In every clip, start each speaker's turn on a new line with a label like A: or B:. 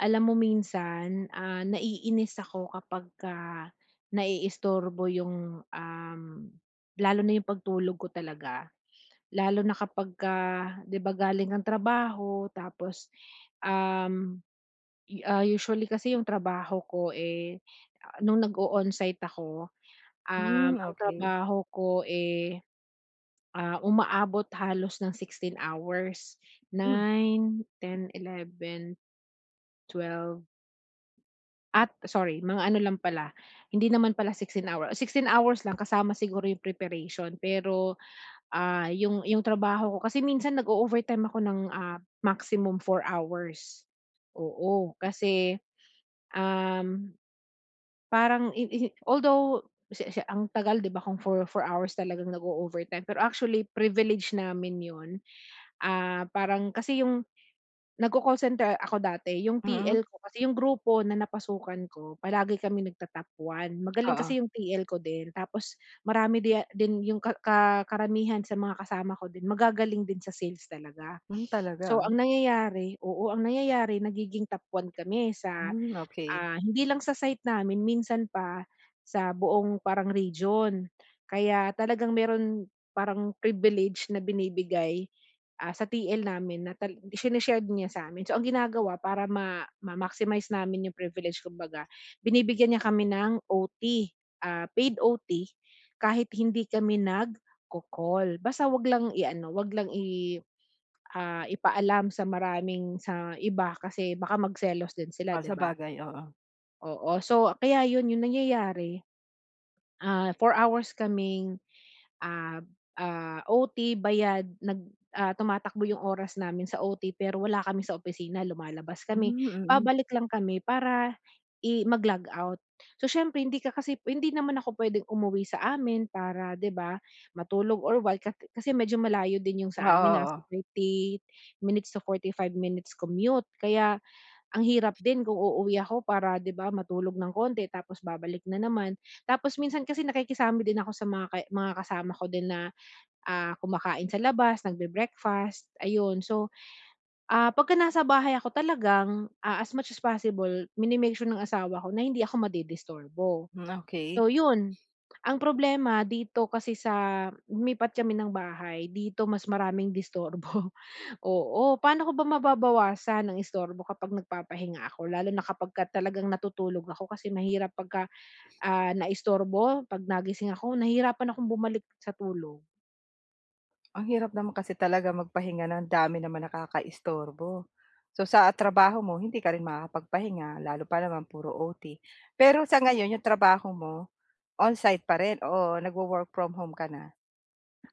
A: Alam mo minsan, naiinis ako kapagka naiistorbo yung, lalo na yung pagtulog ko talaga. Lalo na kapagka 'di ba galing kang trabaho tapos, um, usually kasi yung trabaho ko, eh, nung nag-o-onsite ako,
B: Hmm,
A: ang
B: okey.
A: trabaho ko, eh, umaabot halos ng 16 hours,
B: Hmm,
A: 9, 10, 11, 12. At sorry, mga ano lang pala, hindi naman pala 16 hours, 16 hours lang kasama siguro yung preparation pero, yung trabaho ko kasi minsan nag-o-overtime ako ng, maximum 4 hours. Oo, kasi, um, parang i although si si ang tagal, 'di ba, kung four hours talagang nag-o-overtime pero actually privilege namin 'yun. Ah, parang kasi yung. Nagko-call center ako dati, yung
B: mm,
A: TL ko kasi yung grupo na napasukan ko palagi kami nagta-top 1. Magaling
B: oo.
A: kasi yung TL ko din tapos marami di din yung ka ka karamihan sa mga kasama ko din, magagaling din sa sales talaga.
B: Talaga,
A: So
B: ano?
A: ang nangyayari, oo, ang nangyayari nagiging top 1 kami sa,
B: Hmm, okey.
A: hindi lang sa site namin, minsan pa sa buong parang region. Kaya talagang meron parang privilege na binibigay sa TL namin na tal shine niya sa amin. So, ang ginagawa para ma-maximize namin yung privilege, kumbaga, binibigyan niya kami ng OT, paid OT kahit hindi kami nagko-call. Basta wag lang i-ano, wag lang ipaalam sa maraming sa iba kasi baka magselos din sila,
B: Oh,
A: 'di ba?
B: sabagay, oo.
A: Oo. So, kaya yun yung nangyayari, 4 hours kaming ah, OT, bayad, tumatakbo yung oras namin sa OT pero wala kami sa opisina, lumalabas kami.
B: Hmm, mm.
A: Babalik lang kami para mag-log out. So, siyempre hindi ka, kasi hindi naman ako puwedeng umuwi sa amin para 'di ba matulog or what ka kasi medyo malayo din yung
B: Oo,
A: sa amin,
B: oo.
A: nasa 30 minutes to 45 minutes commute. Kaya ang hirap din kung uuwi ako para 'di ba matulog ng konti tapos babalik na naman. Tapos minsan kasi nakikisama din ako sa mga mga kasama ko din na, kumakain sa labas, nagbe-breakfast, ayun. So, pagka nasa bahay ako talagang, as much as possible mini sure ng asawa ko na hindi ako madidisturbo.
B: Hmm, okey.
A: So yun, ang problema dito kasi sa lumipat kami ng bahay, dito mas maraming disturbo. Oo, paano ko ba mababawasan ang istorbo kapag nagpapahinga ako lalo na kapagka talagang natutulog ako kasi mahirap pagka, naistorbo. 'Pag nagising ako nahihirapan akong bumalik sa tulog.
B: Ang hirap naman kasi talaga magpahinga ng dami naman nakakaistorbo. So, sa trabaho mo hindi ka rin makakapagpahinga lalo pa naman puro OT. Pero sa ngayon yung trabaho mo on-site pa rin o nagwo-work from home ka na?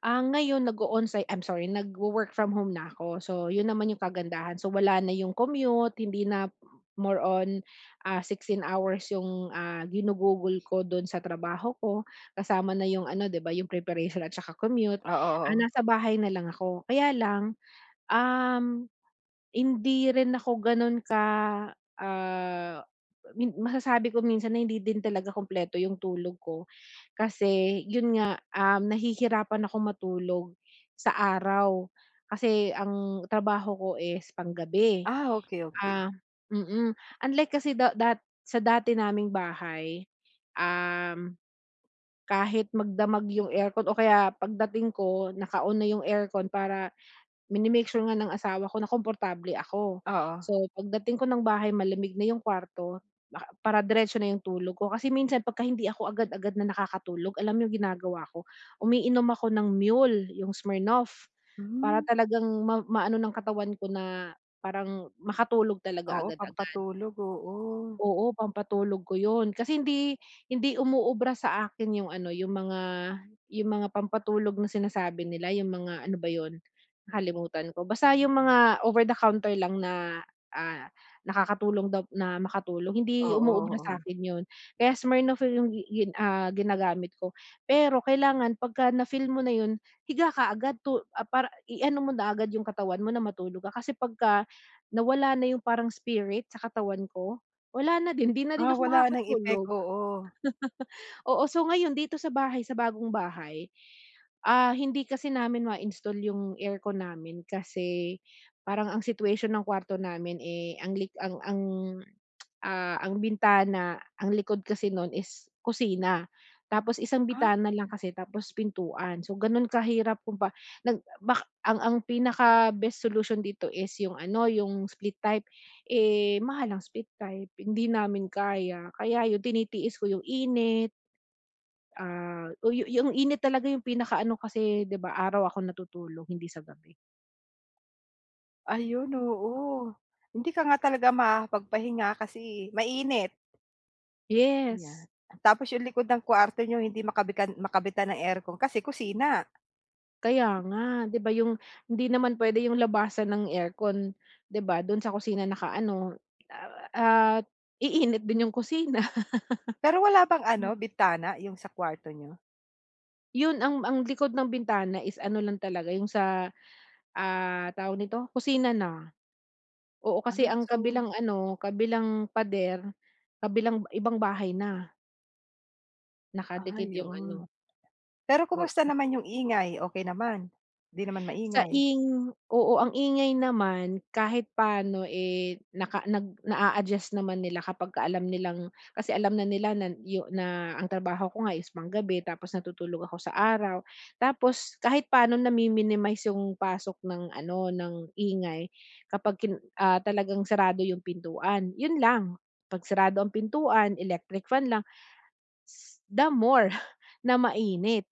A: Ngayon nag-o-onsite, I'm sorry, nagwo-work from home na ako. So, 'yun naman yung kagandahan. So, wala na yung commute, hindi na more on, 16 hours yung, ginugugol ko do'n sa trabaho ko, kasama na yung ano 'di ba, yung preparation at saka commute.
B: Oo, oo.
A: Nasa bahay na lang ako. Kaya lang, Um, hindi rin ako gano'n ka, ah, min masasabi ko minsan na hindi din talaga kumpleto yung tulog ko. Kasi yun nga, nahihirapan akong matulog sa araw kasi ang trabaho ko is panggabi.
B: Ah, okey, okey.
A: Ah, mm. Unlike kasi da dat sa dati naming bahay, um, kahit magdamag yung aircon o kaya pagdating ko naka-on na yung aircon para mini-make sure nga ng asawa ko na komportable ako.
B: Oo.
A: So, pagdating ko ng bahay malamig na yung kwarto, baka para diretso na yung tulog ko. Kasi minsan pagka hindi ako agad-agad na nakakatulog, alam mo yung ginagawa ko, umiinom ako ng Mule, yung Smirnoff, para
B: Hmm,
A: talagang maano ng katawan ko na parang makatulog talaga
B: oo,
A: agad-agad.
B: pampatulog, oo.
A: Oo, pampatulog ko 'yun kasi hindi hindi umuubra sa akin yung ano, yung mga, yung mga pampatulog na sinasabi nila, yung mga ano ba 'yun, nakalimutan ko. Basta yung mga over the counter lang na, ah, nakakatulong daw na makatulog, hindi
B: Oo,
A: umuubra
B: oo.
A: sa'kin 'yun. Kaya Smirnoff yung ginagamit ko. Pero kailangan pagka na-feel mo na 'yun, higa ka agad, para i-ano mo na agad yung katawan mo na matulog ka kasi pagka nawala na yung parang spirit sa katawan ko, wala na din, 'di na
B: Ah,
A: din ako
B: wala ng effect,
A: makakatulog.
B: oo.
A: Oo, so ngayon dito sa bahay, sa bagong bahay, hindi kasi namin ma-install yung aircon namin kasi parang ang situation ng kwarto namin, eh, ang lik ang ah, ang bintana, ang likod kasi non is kusina. Tapos isang
B: Ah,
A: bintana lang kasi tapos pintuan. So ganon kahirap kung pa nag bak ang pinaka best solution dito is yung ano, yung split type. Eh, mahal ang split type, hindi namin kaya. Kaya yun, tinitiis ko yung init, ah, o yu yung init talaga yung pinakaano kasi 'di ba araw ako natutulog hindi sa gabi.
B: ayun, oo. Hindi ka nga talaga makakapagpahinga kasi mainit, ayan.
A: Yes.
B: Tapos yung likod ng kwarto niyo hindi makabitan makabitan ng aircon kasi kusina.
A: Kaya nga, 'di ba yung hindi naman puwede yung labasan ng aircon, 'di ba, do'n sa kusina nakaano, at iinit din yung kusina.
B: Pero wala bang ano, bitana yung sa kwarto niyo?
A: Yun, ang likod ng bintana is ano lang talaga yung sa, tawag nito, kusina na. Oo, kasi
B: Ah,
A: ang
B: so
A: kabilang ano, kabilang pader, kabilang ibang bahay na, nakadikit yung ano,
B: yun. Pero
A: oo.
B: kumusta naman yung ingay, okay naman? Hindi naman
A: Sa
B: maingay?
A: ing Oo, ang ingay naman kahit paano, eh, naka nag naa-adjust naman nila kapagka alam nilang, kasi alam na nila na ang trabaho ko nga is panggabi tapos natutulog ako sa araw. Tapos kahit paano nami-minimize yung pasok ng ano, ng ingay, kapag kin talagang sarado yung pintuan, yun lang. 'Pag sarado ang pintuan, electric fan lang, s the more na mainit.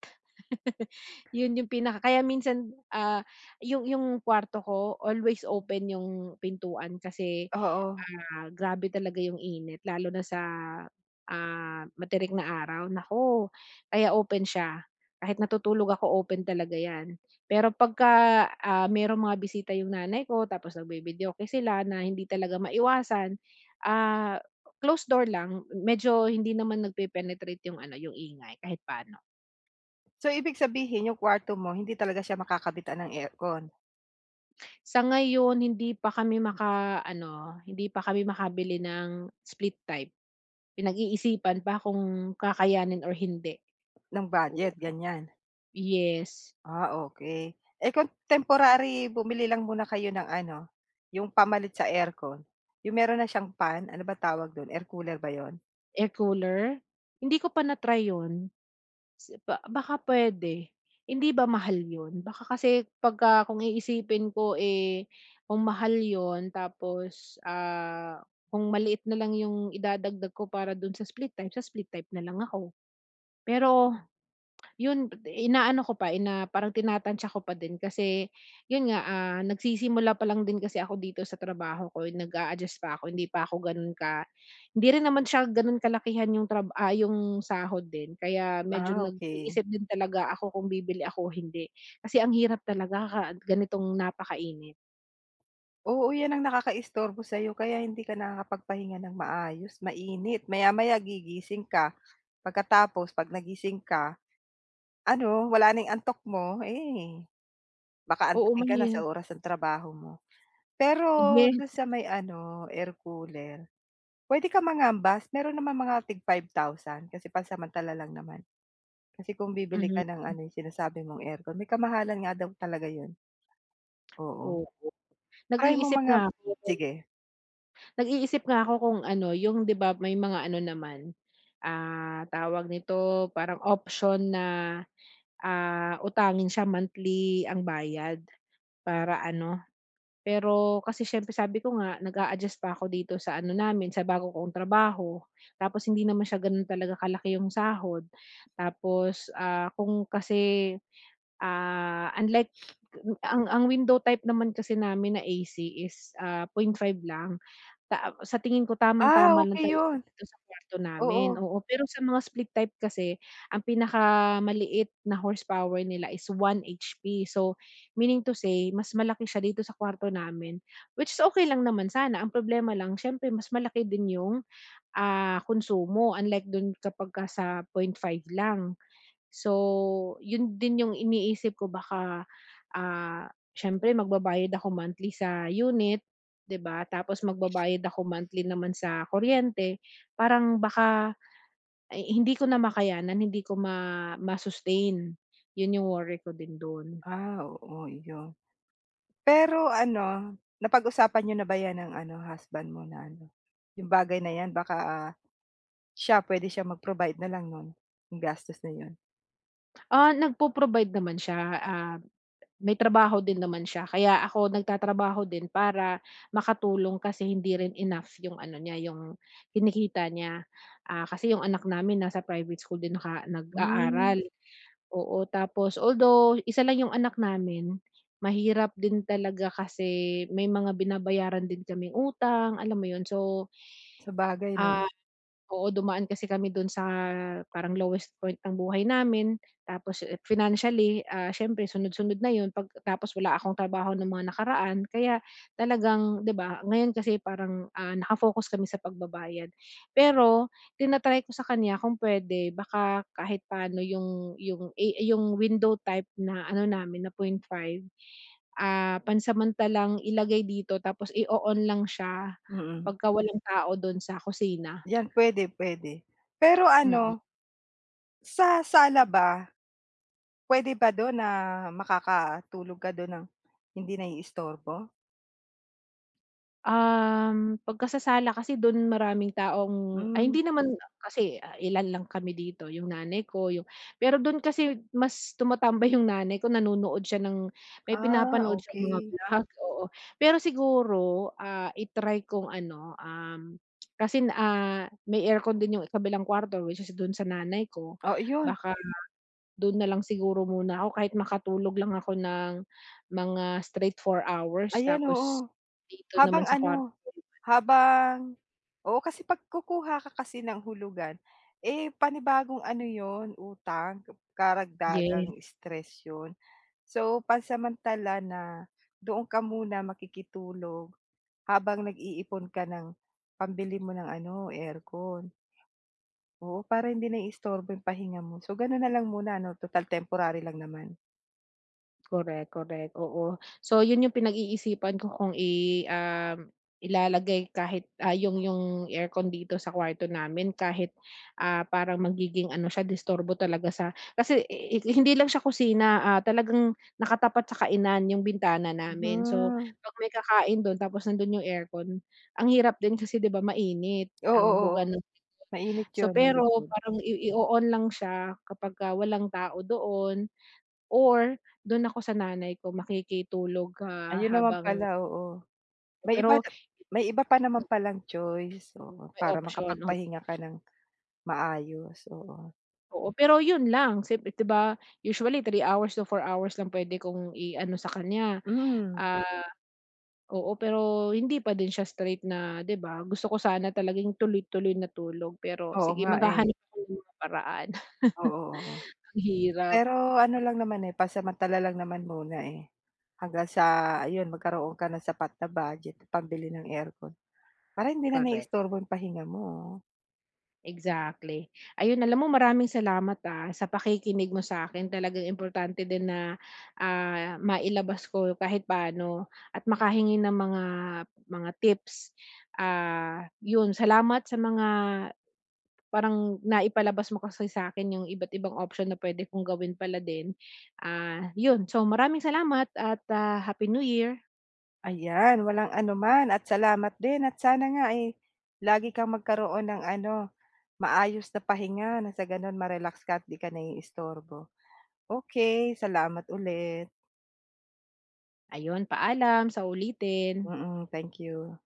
A: Yun yung pinaka, kaya minsan, yung kwarto ko always open yung pintuan kasi,
B: Oo.
A: grabe talaga yung init lalo na sa, matirik na araw, naku, kaya open siya. Kahit natutulog ako open talaga 'yan. Pero pagka, merong mga bisita yung nanay ko tapos nagvi-videoke sila na hindi talaga maiwasan, ah, closed door lang medyo hindi naman nagpe-penetrate yung ano, yung ingay kahit paano.
B: So, ibig sabihin yung kwarto mo hindi talaga siya makakabitan ng aircon,
A: Sa ngayon hindi pa kami maka-ano, hindi pa kami makabili ng split type. Pinag-iisipan pa kung kakayanin or hindi.
B: ng budget,
A: Oo,
B: ganyan?
A: yes,
B: Ah, okay. Eh, kung temporary bumili lang muna kayo ng ano, yung pamalit sa aircon, yung meron na siyang fan, ano ba tawag dun, air cooler ba yun?
A: air cooler? Hindi ko pa na-try 'yun, si ba baka puwede. Hindi ba mahal 'yun? Baka kasi pagka kung iisipin ko, eh, kung mahal 'yun tapos, kung maliit na lang 'yung idadagdag ko para dun sa split type na lang ako. Pero yun, inaano ko pa, parang tinatantya ko pa din kasi yun nga, nagsisimula pa lang din kasi ako dito sa trabaho ko, nag adjust pa ako, hindi pa ako gano'n ka, hindi rin naman siya gano'n kalakihan yung, yung sahod din kaya medyo
B: Ah, okay.
A: nag-iisip din talaga ako kung bibili ako o hindi. Kasi ang hirap talaga ka ganitong napakainit.
B: Oo, yan ang nakakaistorbo sa'yo kaya hindi ka nakakapagpahinga ng maayos, mainit. Maya-maya gigising ka, pagkatapos 'pag nagising ka, ano, wala nang antok mo, eh, baka
A: Oo,
B: antukin ka na sa
A: may,
B: oras ng trabaho mo. Pero
A: yes,
B: dun sa may ano, air cooler. Puwede kang mangambas, meron naman mga tig 5,000 kasi pansamantala lang naman. Kasi kung bibili ka
A: mhm,
B: ng ano, yung sinasabi mong aircon, may kamahalan nga daw talaga yun, oo.
A: oo.
B: Try mo
A: Nag-iisip
B: mga,
A: nga ako.
B: sige.
A: Nag-iisip nga ako kung ano, yung 'di ba may mga ano naman, tawag nito, parang option na, utangin siya monthly ang bayad para ano, pero kasi siyempre sabi ko nga nag-a-adjust pa ako dito sa ano namin, sa bago kong trabaho. Tapos hindi naman siya gano'n talaga kalaki yung sahod. Tapos, unlike ang window type naman kasi namin na AC is, 0.5 lang. Ta sa tingin ko
B: Ah,
A: tamang-tama lang
B: okey
A: talaga
B: yun,
A: dito sa kwarto namin,
B: oo.
A: oo. Pero sa mga split type kasi, ang pinakamaliit na horsepower nila is 1 HP. So, meaning to say, mas malaki siya dito sa kwarto namin, which is okey lang naman sana. Ang problema lang siyempre mas malaki din yung, konsumo unlike dun kapagka sa 0.5 lang. So, yun din yung iniisip ko baka, ah, siyempre magbabayad ako monthly sa unit, 'di ba? Tapos magbabayad ako monthly naman sa kuryente. Parang baka ay hindi ko na makayanan, hindi ko ma-sustain. Yun yung worry ko din dun.
B: Ah, oo, yun. Pero ano, napag-usapan niyo na ba yan ng ano, husband mo na ano, yung bagay na yan baka pwede siya mag-provide na lang nun, yung gastos na yun?
A: Nagpo-provide naman siya, may trabaho din naman siya kaya ako nagtatrabaho din para makatulong kasi hindi rin enough yung ano niya, yung kinikita niya. Kasi yung anak namin nasa private school din
B: Hmm,
A: nag-aaral, oo. Tapos although isa lang yung anak namin, mahirap din talaga kasi may mga binabayaran din kaming utang, alam mo yun. So,
B: sabagay 'no,
A: ah oo, dumaan kasi kami dun sa parang lowest point ng buhay namin. Tapos, eh, financially, siyempre sunod-sunod na yun pag, tapos wala akong trabaho ng mga nakaraan. Kaya talagang 'di ba, ngayon kasi parang, naka kami sa pagbabayad. Pero tina-try ko sa kanya kung pwede baka kahit paano yung, eh, yung window type na ano namin na 0.5, pansamantalang ilagay dito tapos i on lang siya
B: mm.
A: pagka walang tao dun sa kusina,
B: Yan, pwede pwede. Pero ano.
A: mm.
B: Sa sala ba, puwede ba dun na makakatulog ka dun ng hindi naiistorbo?
A: Pagkasasala kasi don maraming taong, ay,
B: Hmm,
A: hindi naman. Hmm. Kasi, ilan lang kami dito, yung nanay ko, yung, pero don kasi mas tumatambay yung nanay ko, nanonood siya ng, may
B: ah,
A: pinapanood siyang mga
B: okey.
A: vlog, oo. Pero siguro, i-try kong ano, kasi, may aircon din yung kabilang kwarto which is dun sa nanay ko.
B: Oh, iyon,
A: Baka dun na lang siguro muna ako kahit makatulog lang ako ng mga straight 4 hours
B: ayan,
A: tapos
B: oo.
A: dito
B: Habang
A: naman sa kwarto.
B: ano, habang, oo, kasi 'pag kukuha ka kasi ng hulugan, eh, panibagong ano yun, utang, karagdagang
A: Yes,
B: stress yun. So, pansamantala na doon ka muna makikitulog habang nag-iipon ka ng pambili mo ng ano, aircon. Oo, para hindi naiistorbo yung pahinga mo. So, gano'n na lang muna ano, total temporary lang naman.
A: correct, correct, oo. So, yun yung pinag-iisipan ko kung ilalagay kahit, yung aircon dito sa kwarto namin kahit, parang magiging ano siya disturbo talaga sa kasi i hindi lang siya kusina, talagang nakatapat sa kainan yung bintana namin. So,
B: Hmm,
A: 'pag may kakain dun tapos nandun yung aircon, ang hirap din kasi 'di ba mainit
B: oo,
A: ang
B: oo.
A: buga ng.
B: Mainit
A: So,
B: 'yun, yung
A: pero
B: likod.
A: parang i on lang siya kapagka walang tao doon. Or dun ako sa nanay ko makikitulog,
B: Ayun naman
A: habang,
B: pala, oo. May iba
A: pero
B: may iba pa naman palang choice, oo,
A: may
B: para
A: option, o,
B: makapagpahinga ka ng maayos, oo.
A: oo. Pero yun lang siyemp, 'di ba, usually 3 hours to 4 hours lang puwede kong i-ano sa kanya,
B: Mm,
A: ah, oo. Pero hindi pa din siya straight na, 'di ba, gusto ko sana talagang tuloy-tuloy na tulog pero
B: oo
A: sige
B: nga, eh.
A: maghahanap ako ng mga paraan.
B: Oo, oo.
A: Ang hirap,
B: Pero ano lang naman, eh, pansamantala lang naman muna, eh, hanggang sa ayun magkaroon ka ng sapat na budget pambili ng aircon para hindi na
A: correct.
B: naiistorbo yung pahinga mo.
A: Exactly. Ayun, alam mo maraming salamat, sa pakikinig mo sa akin. Talagang importante din na, mailabas ko kahit paano at makahingi ng mga tips. Yun, salamat sa mga, parang naipalabas mo kasi sa akin yung iba't ibang option na pwede kong gawin pala din. Yun, so maraming salamat at, Happy New Year.
B: Ayan, walang anuman at salamat din at sana nga ay lagi kang magkaroon ng ano, maayos na pahinga na sa gano'n ma-relax ka at 'di ka naiistorbo. Okey, salamat ulit.
A: Ayun, paalam sa ulitin.
B: Mm, thank you.